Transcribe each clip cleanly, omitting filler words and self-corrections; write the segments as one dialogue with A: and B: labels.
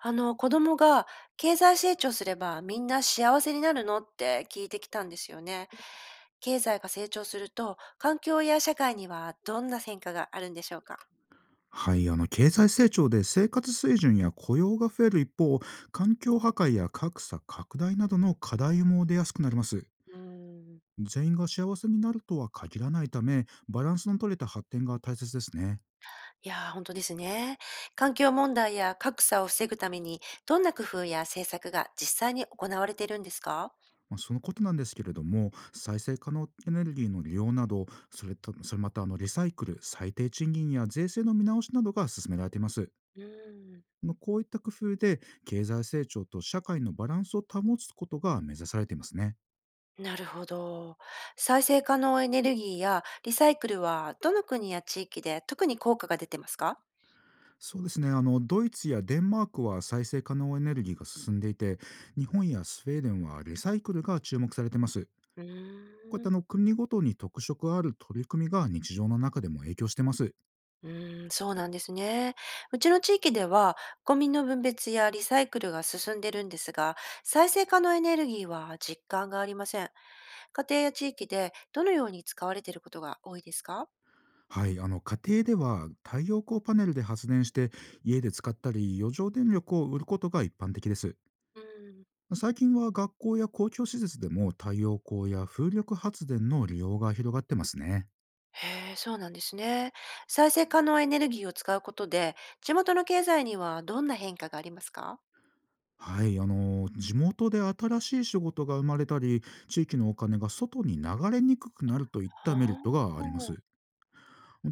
A: 子供が経済成長すればみんな幸せになるのって聞いてきたんですよね。経済が成長すると環境や社会にはどんな変化があるんでしょうか？
B: はい、経済成長で生活水準や雇用が増える一方、環境破壊や格差拡大などの課題も出やすくなります。
A: うーん、
B: 全員が幸せになるとは限らないため、バランスの取れた発展が大切ですね。
A: いやー、本当ですね。環境問題や格差を防ぐためにどんな工夫や政策が実際に行われているんですか？
B: そのことなんですけれども、再生可能エネルギーの利用など、それとまたリサイクル、最低賃金や税制の見直しなどが進められています。
A: うーん、
B: こういった工夫で経済成長と社会のバランスを保つことが目指されていますね。
A: なるほど。再生可能エネルギーやリサイクルはどの国や地域で特に効果が出てますか？
B: そうですねドイツやデンマークは再生可能エネルギーが進んでいて、日本やスウェーデンはリサイクルが注目されてます。
A: う
B: こういっ
A: ー
B: た
A: ん。
B: 国ごとに特色がある取り組みが日常の中でも影響してます。
A: うーん、そうなんですね。うちの地域では、ゴミの分別やリサイクルが進んでるんですが、再生可能エネルギーは実感がありません。家庭や地域でどのように使われていることが多いですか？
B: はい、家庭では太陽光パネルで発電して、家で使ったり余剰電力を売ることが一般的です。
A: うん。
B: 最近は学校や公共施設でも太陽光や風力発電の利用が広がってますね。
A: へえ、そうなんですね。再生可能エネルギーを使うことで、地元の経済にはどんな変化がありますか？
B: はい、地元で新しい仕事が生まれたり、地域のお金が外に流れにくくなるといっ
A: は
B: たメリット
A: あ。
B: があります。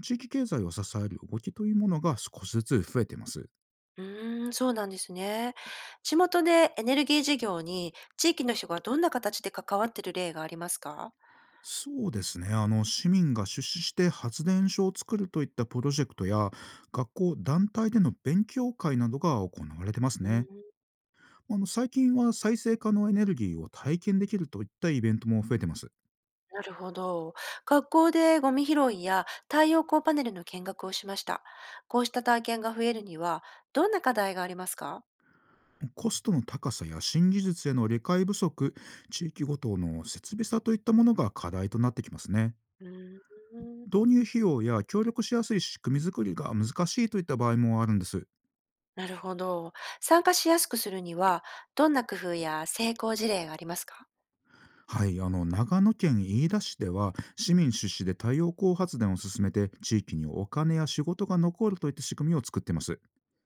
B: 地域経済を支える動きというものが少しずつ増えています。
A: うーん、そうなんですね。地元でエネルギー事業に地域の人がどんな形で関わってる例がありますか？
B: そうですね市民が出資して発電所を作るといったプロジェクトや、学校団体での勉強会などが行われてます
A: うー
B: ね。
A: ん、
B: 最近は再生可能エネルギーを体験できるといったイベントも増えてます。
A: なるほど。学校でゴミ拾いや太陽光パネルの見学をしました。こうした体験が増えるには、どんな課題がありますか？
B: コストの高さや新技術への理解不足、地域ごとの設備差といったものが課題となってきますね。
A: うーん。
B: 導入費用や協力しやすい仕組み作りが難しいといった場合もあるんです。
A: なるほど。参加しやすくするには、どんな工夫や成功事例がありますか？
B: はい、長野県飯田市では市民出資で太陽光発電を進めて、地域にお金や仕事が残るといった仕組みを作っています。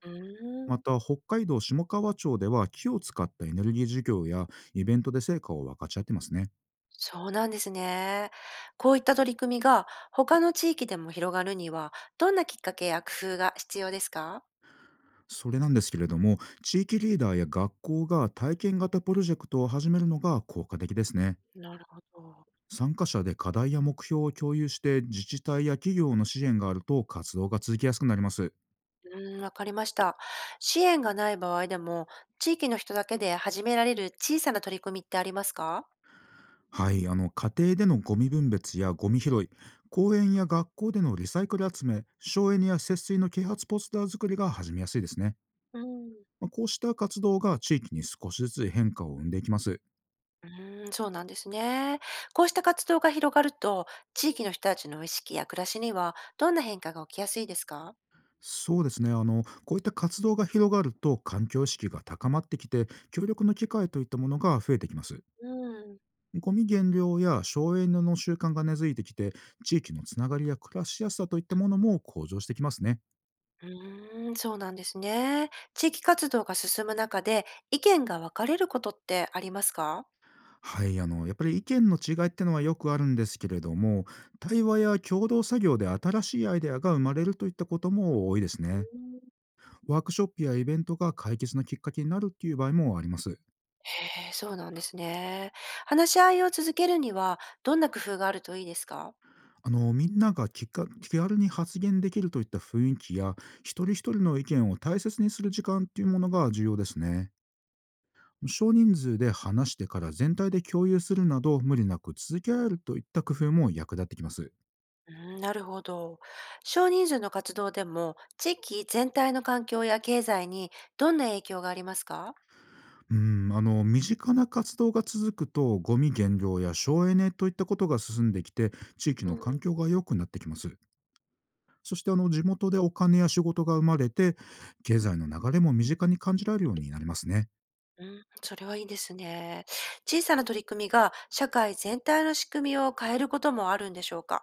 A: うー
B: ま
A: ん。
B: た北海道下川町では木を使ったエネルギー事業やイベントで成果を分かち合ってますね。
A: そうなんですね。こういった取り組みが他の地域でも広がるには、どんなきっかけや工夫が必要ですか？
B: それなんですけれども、地域リーダーや学校が体験型プロジェクトを始めるのが効果的ですね。
A: なるほど。
B: 参加者で課題や目標を共有して、自治体や企業の支援があると活動が続きやすくなります。
A: うーん、わかりました。支援がない場合でも、地域の人だけで始められる小さな取り組みってありますか？
B: はい、家庭でのゴミ分別やゴミ拾い、公園や学校でのリサイクル集め、省エネや節水の啓発ポスター作りが始めやすいですね。
A: うん、
B: こうした活動が地域に少しずつ変化を生んでいきます。
A: うーん、そうなんですね。こうした活動が広がると、地域の人たちの意識や暮らしにはどんな変化が起きやすいですか？
B: そうですねこういった活動が広がると、環境意識が高まってきて、協力の機会といったものが増えてきます。
A: うん、
B: ゴミ減量や省エネの習慣が根付いてきて、地域のつながりや暮らしやすさといったものも向上してきますね。
A: うーん、そうなんですね。地域活動が進む中で意見が分かれることってありますか？
B: はいやっぱり意見の違いってのはよくあるんですけれども、対話や共同作業で新しいアイデアが生まれるといったことも多いですね。
A: うん。
B: ワークショップやイベントが解決のきっかけになるっていう場合もあります。
A: へえ、そうなんですね。話し合いを続けるにはどんな工夫があるといいですか？
B: みんなが気軽に発言できるといった雰囲気や、一人一人の意見を大切にする時間っていうものが重要ですね。少人数で話してから全体で共有するなど、無理なく続けられるといった工夫も役立ってきます。
A: うん、なるほど。少人数の活動でも、地域全体の環境や経済にどんな影響がありますか？
B: うん、身近な活動が続くと、ゴミ減量や省エネといったことが進んできて、地域
A: う
B: の
A: んう
B: 環
A: ん。
B: 境が良くなってきます。そして、地元でお金や仕事が生まれて、経済の流れも身近に感じられるようになりますね。
A: うん、それはいいですね。小さな取り組みが社会全体の仕組みを変えることもあるんでしょうか？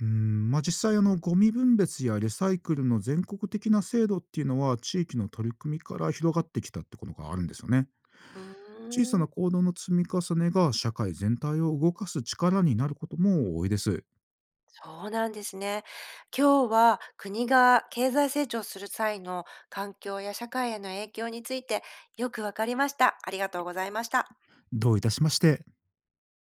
B: 実際ゴミ分別やリサイクルの全国的な制度っていうのは、地域の取り組みから広がってきたってことがあるんですよね。
A: う
B: 小さ
A: ー
B: な
A: ん、
B: 行動の積み重ねが社会全体を動かす力になることも多いです。
A: そうなんですね。今日は国が経済成長する際の環境や社会への影響についてよくわかりました。ありがとうございました。
B: どういたしまして。